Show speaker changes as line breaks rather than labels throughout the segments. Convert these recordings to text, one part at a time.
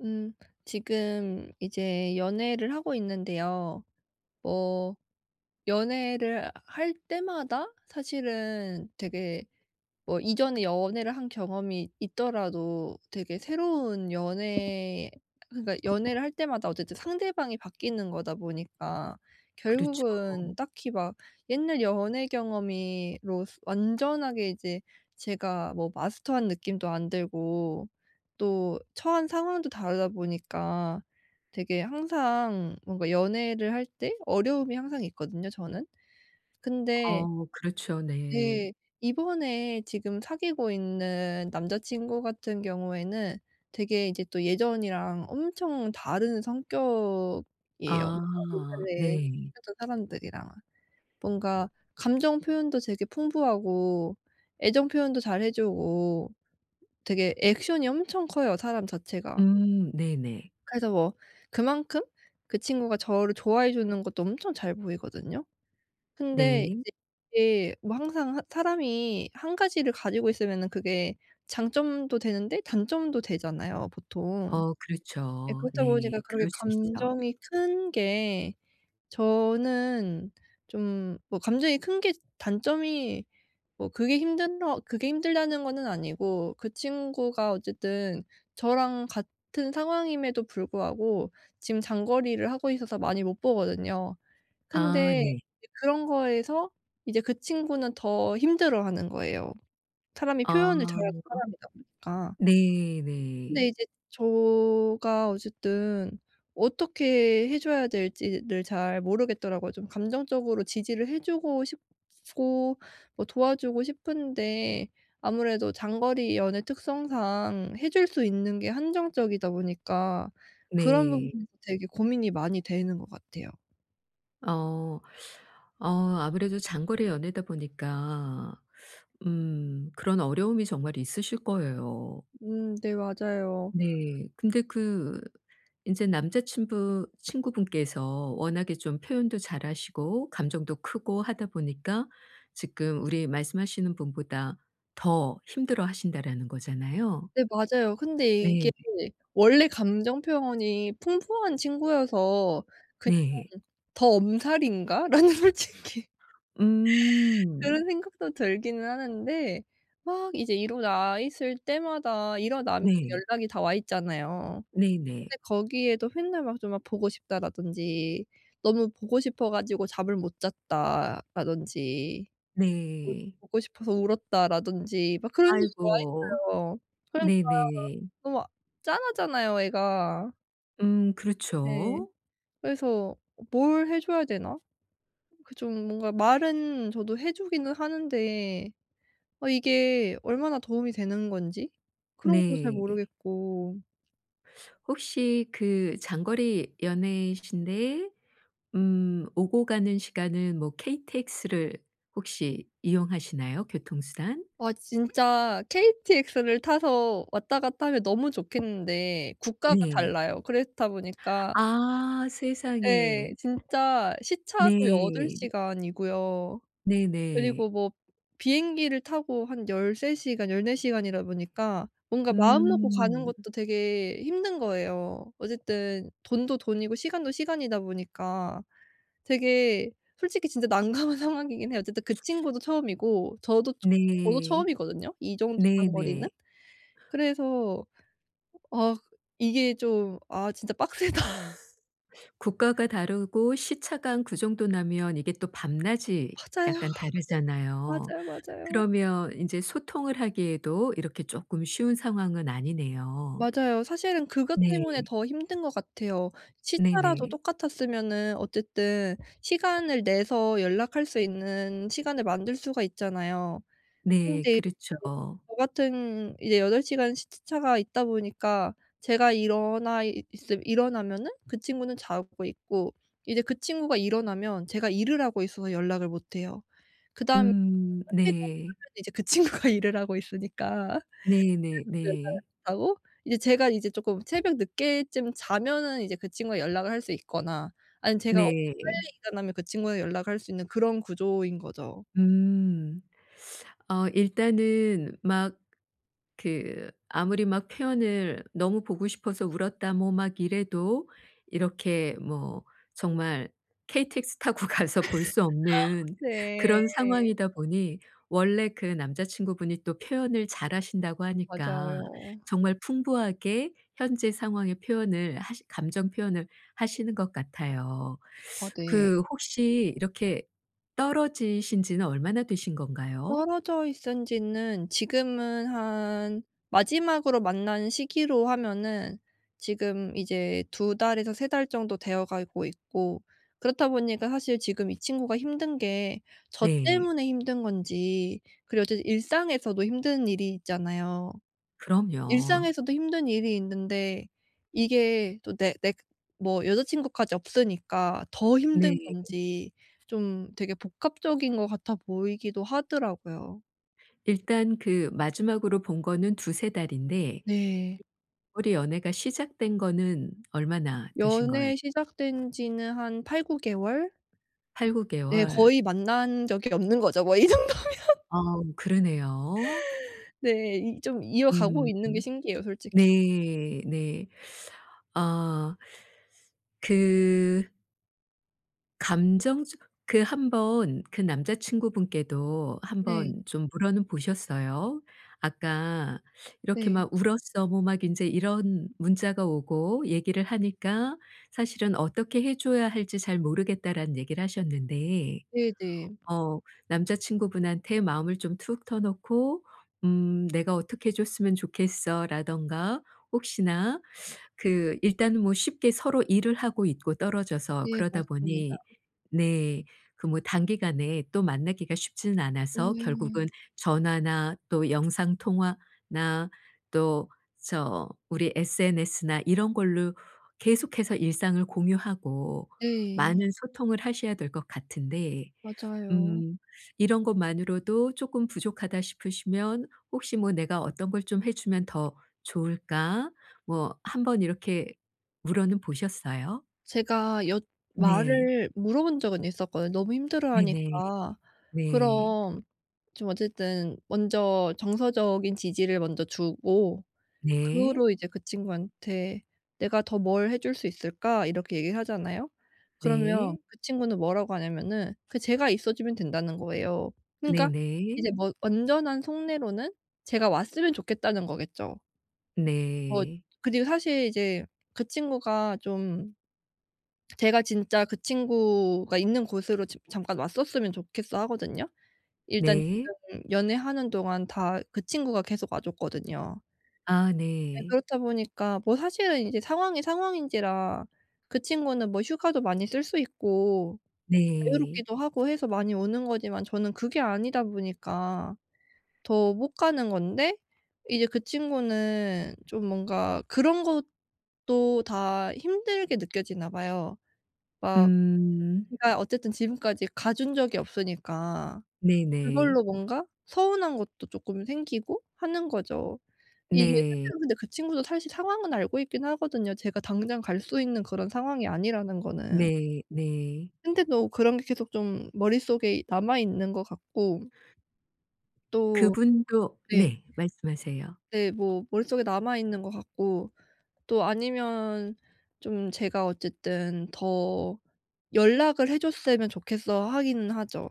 음, 지금 이제 연애를 하고 있는데요. 뭐, 연애를 할 때마다 사실은 되게 뭐 이전에 연애를 한 경험이 있더라도 되게 새로운 연애, 그러니까 연애를 할 때마다 어쨌든 상대방이 바뀌는 거다 보니까
그렇죠.
결국은 딱히 막 옛날 연애 경험이로 스 완전하게 이제 제가 뭐 마스터한 느낌도 안 들고 또 처한 상황도 다르다 보니까 되게 항상 뭔가 연애를 할 때 어려움이 항상 있거든요, 저는. 근데
그렇죠. 네.
네. 이번에 지금 사귀고 있는 남자친구 같은 경우에는 되게 이제 또 예전이랑 엄청 다른 성격이에요. 뭔가
아
옛날에
네.
사귀었던 사람들이랑은. 뭔가 감정 표현도 되게 풍부하고 애정 표현도 잘해 주고 되게 액션이 엄청 커요, 사람 자체가.
네네.
그래서 뭐 그만큼 그 친구가 저를 좋아해 주는 것도 엄청 잘 보이거든요. 근데
네.
이제 이게 뭐 항상 하 사람이 한 가지를 가지고 있으면은 그게 장점도 되는데 단점도 되잖아요, 보통. 예,
그렇죠.
그렇다
네.
보니까 그렇게
그럴 수 있죠.
감정이 큰 게, 저는 좀 뭐 감정이 큰 게 단점이 뭐 그게 힘들다는 거는 아니고, 그 친구가 어쨌든 저랑 같은 상황임에도 불구하고 지금 장거리를 하고 있어서 많이 못 보거든요.
아
근데
네.
이제 그런 거에서 이제 그 친구는 더 힘들어하는 거예요. 사람이 표현을 잘하는
아
사람이다 보니까. 근데
네네.
이제 제가 어쨌든 어떻게 해 줘야 될지를 잘 모르겠더라고요. 좀 감정적으로 지지를 해 주고 싶고 뭐 도와주고 싶은데 아무래도 장거리 연애 특성상 해줄 수 있는 게 한정적이다 보니까 그런
네.
부분에서 되게 고민이 많이 되는 것 같아요.
어 어 아무래도 장거리 연애다 보니까 그런 어려움이 정말 있으실 거예요.
네, 맞아요.
네. 근데 인제 남자친부 친구분께서 워낙에 좀 표현도 잘하시고 감정도 크고 하다 보니까, 지금 우리 말씀하시는 분보다 더 힘들어하신다라는 거잖아요.
네, 맞아요. 근데 이게
네.
원래 감정 표현이 풍부한 친구여서 그냥
네.
'더 엄살인가?'라는 솔직히
음.
그런 생각도 들기는 하는데, 막 이제 일어나 있을 때마다 일어나면
네.
연락이 다 와 있잖아요. 근데
네네.
거기에도 맨날 막 좀 막 "보고 싶다라든지 "너무 보고 싶어 가지고 잠을 못 잤다라든지 뭐 뭐
네.
"보고 싶어서 울었다."라든지 막 그런 식으로 와
아이고.
있어요. 그러니까
네네.
너무 짠하잖아요, 애가. 네.
그렇죠.
그래서 뭘 해 줘야 되나? 그 좀 뭔가 말은 저도 해 주기는 하는데, 아 이게 얼마나 도움이 되는 건지 그런 것도 잘
네.
모르겠고.
혹시 그 장거리 연애이신데 오고 가는 시간은 뭐 KTX를 혹시 이용하시나요? 교통수단?
아 진짜 KTX를 타서 왔다 갔다 하면 너무 좋겠는데, 국가가
네.
달라요. 그렇다 보니까,
아 세상에.
예 진짜 시차도
네.
8 시간이고요.
네네.
그리고 뭐 비행기를 타고 한 13 시간 14 시간이다 보니까 뭔가 마음 먹고 가는
음.
것도 되게 힘든 거예요. 어쨌든 돈도 돈이고 시간도 시간이다 보니까, 되게 솔직히 진짜 난감한 상황이긴 해요. 어쨌든 그 친구도 처음이고 저도
네.
처음이거든요, 이 정도 장거리는.
네네.
그래서 아, 이게 좀 '아 진짜 빡세다.'
국가가 다르고 시차가 한 그 정도 나면 이게 또 밤낮이
맞아요.
약간 다르잖아요.
맞아요, 맞아요.
그러면 인제 소통을 하기에도 이렇게 쪼끔 쉬운 상황은 아니네요.
맞아요. 사실은 그것 때문에
네.
더 힘든 것 같아요. 시차라도
네네.
똑같았으면은 어쨌든 시간을 내서 연락할 수 있는 시간을 만들 수가 있잖아요.
네.
근데 이제
그렇죠.
저 같은 이제 8 시간 시차가 있다 보니까 제가 일어나면은 그 친구는 자고 있고, 이제 그 친구가 일어나면 제가 일을 하고 있어서 연락을 못 해요. 그다음에 퇴근을
네.
하면 이제 그 친구가 일을 하고 있으니까.
네네
연락을
네.
못하고, 이제 제가 이제 쪼끔 새벽 늦게쯤 자면은 이제 그 친구와 연락을 할 수 있거나, 아니면 제가 엄청
네.
빨리 일어나면 그 친구랑 연락을 할 수 있는 그런 구조인 거죠.
음. 일단은 막 그 아무리 막 표현을 너무 보고 싶어서 울었다 뭐 막 이래도, 이렇게 뭐 정말 KTX 타고 가서 볼 수 없는
네.
그런 상황이다 보니, 원래 그 남자친구분이 또 표현을 잘하신다고 하니까
맞아요.
정말 풍부하게 현재 상황의 표현을 하시 감정 표현을 하시는 것 같아요.
아 네.
그 혹시 이렇게 떨어지신 지는 얼마나 되신 건가요?
떨어져 있은 지는 지금은 한, 마지막으로 만난 시기로 하면은 지금 이제 두 달에서 3 달 정도 되어 가고 있고, 그렇다 보니까 사실 지금 이 친구가 힘든 게 저
네.
때문에 힘든 건지, 그리고 어쨌든 일상에서도 힘든 일이 있잖아요.
그럼요.
일상에서도 힘든 일이 있는데, 이게 또 내 뭐 여자 친구까지 없으니까 더 힘든
네.
건지, 좀 되게 복합적인 것 같아 보이기도 하더라고요.
일단 그 마지막으로 본 거는 두세 달인데,
네.
우리 연애가 시작된 거는 얼마나 되신 거예요?
연애 시작된 지는 한 8-9 개월?
8-9
네,
개월.
거의 만난 적이 없는 거죠. 뭐 이 정
아 그러네요.
네. 이 좀 이어가고
음.
있는 게 신기해요, 솔직히.
네. 네. 아그 감정적 그 한 번 그 남자친구분께도
네.
한번 좀 물어는 보셨어요? 아까 이렇게
네.
막 "울었어." 뭐 막 인제 이런 문자가 오고 얘기를 하니까, 사실은 "어떻게 해 줘야 할지 잘 모르겠다."라는 얘기를 하셨는데.
네네.
어 남자친구분한테 마음을 좀 툭 터놓고, "내가 어떻게 해 줬으면 좋겠어."라든가 혹시나. 그 일단은 뭐 쉽게 서로 일을 하고 있고 떨어져서
예
그러다
맞습니다.
보니, 네. 그 뭐 단기간에 또 만나기가 쉽지는
예.
않아서,
네.
결국은 전화나 또 영상 통화나 또 저 우리 SNS나 이런 걸로 계속해서 일상을 공유하고
네.
많은 소통을 하셔야 될 것 같은데.
맞아요.
음. 이런 것만으로도 조금 부족하다 싶으시면 혹시 뭐 '내가 어떤 걸 좀 해 주면 더 좋을까?' 뭐 한번 이렇게 물어는 보셨어요?
제가 여
네.
말을 물어본 적은 있었거든요. 너무
네네.
힘들어하니까.
네.
그럼 좀 어쨌든 먼저 정서적인 지지를 먼저 주고, 그
네.
후로 이제 그 친구한테 "내가 더 뭘 해줄 수 있을까?" 이렇게 얘기를 하잖아요. 그러면
네.
그 친구는 뭐라고 하냐면은, 그 제가 있어 주면 된다는 거예요. 그러니까
네네.
이제 뭐 완전한 속내로는 제가 왔으면 좋겠다는 거겠죠. 뭐
네.
그리고 사실 이제 그 친구가 좀, 제가 진짜 그 친구가 있는 곳으로 지 잠깐 왔었으면 좋겠어 하거든요. 일단
네.
지금 연애하는 동안 다 그 친구가 계속 와 줬거든요.
아
네
네.
그렇다 보니까, 뭐 사실은 이제 상황이 상황인지라 그 친구는 뭐 휴가도 많이 쓸 수 있고
네.
자유롭기도 하고 해서 많이 오는 거지만, 저는 그게 아니다 보니까 더 못 가는 건데, 이제 그 친구는 좀 뭔가 그런 것도 다 힘들게 느껴지나 봐요. 막
음.
제가 어쨌든 지금까지 가준 적이 없으니까
네네.
그걸로 뭔가 서운한 것도 쪼끔 생기고 하는 거죠. 이게
네.
사실은, 근데 그 친구도 사실 상황은 알고 있긴 하거든요, 제가 당장 갈 수 있는 그런 상황이 아니라는 거는.
네. 네.
근데도 그런 게 계속 좀 머릿속에 남아 있는 것 같고, 또
그분도,
네.
네. 말씀하세요.
네 뭐 머릿속에 남아 있는 것 같고, 또 아니면 좀 제가 어쨌든 "더 연락을 해 줬으면 좋겠어." 하기는 하죠.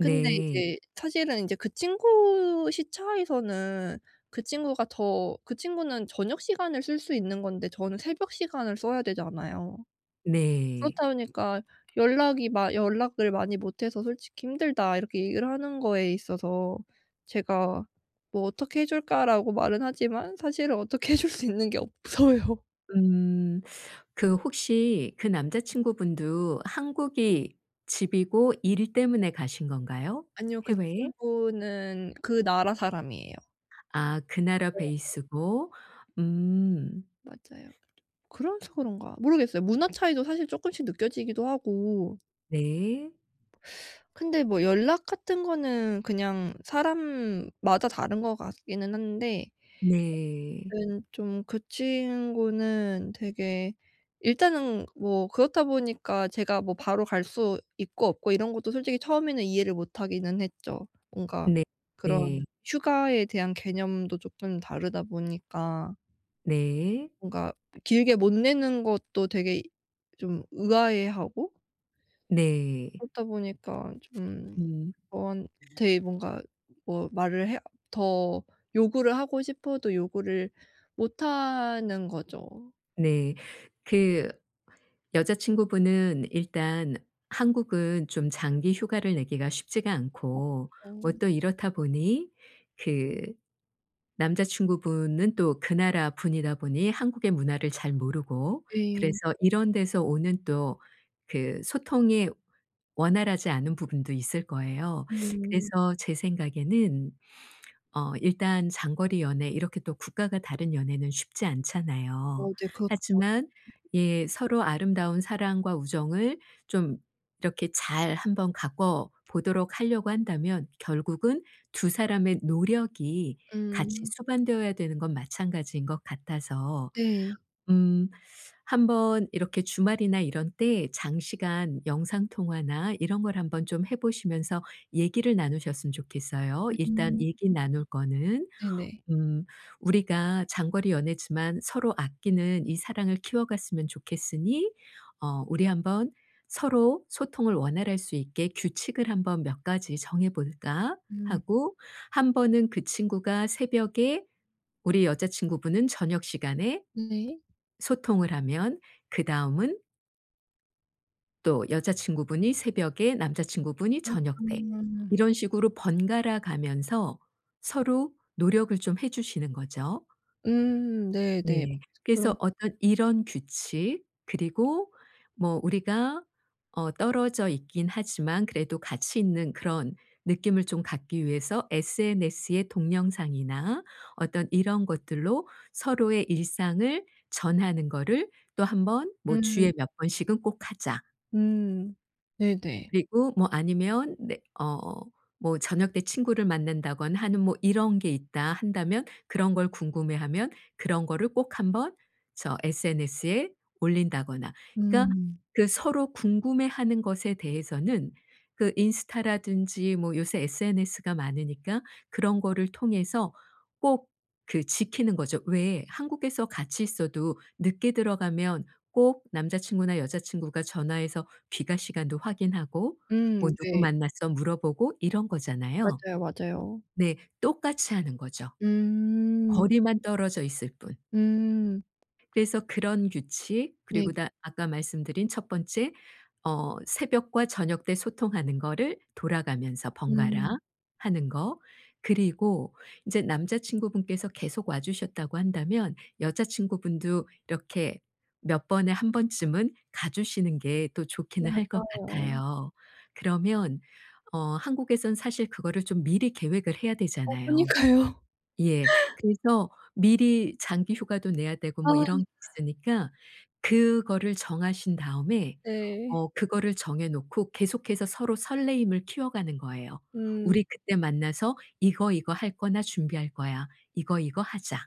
근데 이제 사실은 인제 그 친구 시차에서는 그 친구가 더 그 친구는 저녁 시간을 쓸 수 있는 건데 저는 새벽 시간을 써야 되잖아요.
네.
그렇다 보니까 연락이 마 "연락을 많이 못 해서 솔직히 힘들다." 이렇게 얘기를 하는 거에 있어서 제가 뭐 "어떻게 해 줄까?"라고 말은 하지만, 사실은 어떻게 해줄 수 있는 게 없어요.
음. 그 혹시 그 남자친구분도 한국이 집이고 일 때문에 가신 건가요?
아니요. 그
해외에?
친구는 그 나라 사람이에요.
아 그 나라 베이스고. 음.
맞아요. 그래서 그런가 모르겠어요. 문화 차이도 사실 쪼끔씩 느껴지기도 하고,
네.
근데 뭐 연락 같은 거는 그냥 사람마다 다른 것 같기는 한데,
네.
은 좀 그 친구는 되게, 일단은 뭐 그렇다 보니까 제가 뭐 바로 갈 수 있고 없고 이런 것도 솔직히 처음에는 이해를 못 하기는 했죠. 뭔가
네.
그런
네.
휴가에 대한 개념도 쪼끔 다르다 보니까
네.
뭔가 길게 못 내는 것도 되게 좀 의아해하고,
네.
그러다 보니까 좀
음.
저한테 뭔가 뭐 말을 해 더 요구를 하고 싶어도 요구를 못 하는 거죠.
네. 그 여자친구분은 일단 한국은 좀 장기 휴가를 내기가 쉽지가
어
않고, 뭐 또 이렇다 보니, 그 남자친구분은 또 그 나라 분이다 보니 한국의 문화를 잘 모르고,
네.
그래서 이런 데서 오는 또 그 소통이 원활하지 않은 부분도 있을 거예요.
음.
그래서 제 생각에는 일단 장거리 연애, 이렇게 또 국가가 다른 연애는 쉽지 않잖아요.
어 네 그렇다.
하지만 예 서로 아름다운 사랑과 우정을 좀 이렇게 잘 한번 가꿔 보도록 하려고 한다면, 결국은 두 사람의 노력이 같이
음.
수반되어야 되는 건 마찬가지인 것 같아서.
네.
음. 한번 이렇게 주말이나 이런 때 장시간 영상 통화나 이런 걸 한번 좀 해 보시면서 얘기를 나누셨으면 좋겠어요. 일단
음.
얘기 나눌 거는
네네.
음 "우리가 장거리 연애지만 서로 아끼는 이 사랑을 키워갔으면 좋겠으니, 우리 한번 서로 소통을 원활할 수 있게 규칙을 한번 몇 가지 정해 볼까?"
음.
하고, 한 번은 그 친구가 새벽에 우리 여자친구분은 저녁 시간에
네.
소통을 하면, 그다음은 또 여자친구분이 새벽에 남자친구분이
아.
저녁 때 이런 식으로 번갈아 가면서 서로 노력을 좀 해 주시는 거죠.
네네.
네. 그래서
그런.
어떤 이런 규칙, 그리고 뭐 우리가 떨어져 있긴 하지만 그래도 가치 있는 그런 느낌을 좀 갖기 위해서 SNS의 동영상이나 어떤 이런 것들로 서로의 일상을 전하는 거를 또 한번, 뭐 '주에
음.
몇 번씩은 꼭 하자.'
음. 네네.
그리고 뭐 아니면 네 뭐 저녁 때 친구를 만난다거나 하는 뭐 이런 게 있다 한다면 그런 걸 궁금해하면, 그런 거를 꼭 한번 저 SNS에 올린다거나. 그러니까
음.
그 서로 궁금해하는 것에 대해서는 그 인스타라든지 뭐 요새 SNS가 많으니까, 그런 거를 통해서 꼭 그 지키는 거죠. 왜 한국에서 같이 있어도 늦게 들어가면 꼭 남자친구나 여자친구가 전화해서 귀가 시간도 확인하고 뭐 "누구
네.
만났어?" 물어보고 이런 거잖아요.
맞아요, 맞아요.
네. 똑같이 하는 거죠.
음.
거리만 떨어져 있을 뿐.
음.
그래서 그런 규칙, 그리고
네.
다 아까 말씀드린 첫 번째 새벽과 저녁 때 소통하는 거를 돌아가면서 번갈아
음.
하는 거. 그리고 인제 남자친구분께서 계속 와 주셨다고 한다면 여자친구분도 이렇게 몇 번에 한 번쯤은 가 주시는 게 또 좋기는 할 것
맞아요.
같아요. 그러면 한국에선 사실 그거를 좀 미리 계획을 해야
어
되잖아요.
그니까요.
예. 그래서 미리 장기 휴가도 내야 되고 뭐
아
이런 게 있으니까, 그거를 정하신 다음에
네.
그거를 정해 놓고 계속해서 서로 설레임을 키워가는 거예요.
음.
"우리 그때 만나서 이거, 이거 할 거나 준비할 거야. 이거, 이거 하자."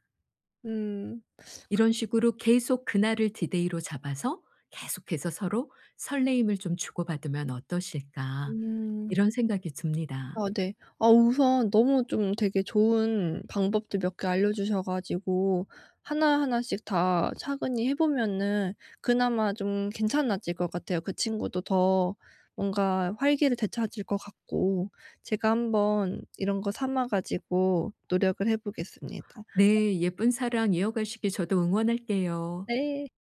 음.
이런 식으로 계속 그날을 디데이로 잡아서, 계속해서 서로 '설레임을 좀 주고받으면 어떠실까?'
음.
이런 생각이 듭니다.
아 네. 아 우선 너무 좀 되게 좋은 방법들 몇 개 알려주셔 가지고 하나하나씩 다 차근히 해 보면은 그나마 좀 괜찮아질 것 같아요. 그 친구도 더 뭔가 활기를 되찾을 것 같고. 제가 한번 이런 거 삼아 가지고 노력을 해 보겠습니다.
네. 예쁜 사랑 이어가시길 저도 응원할게요.
네.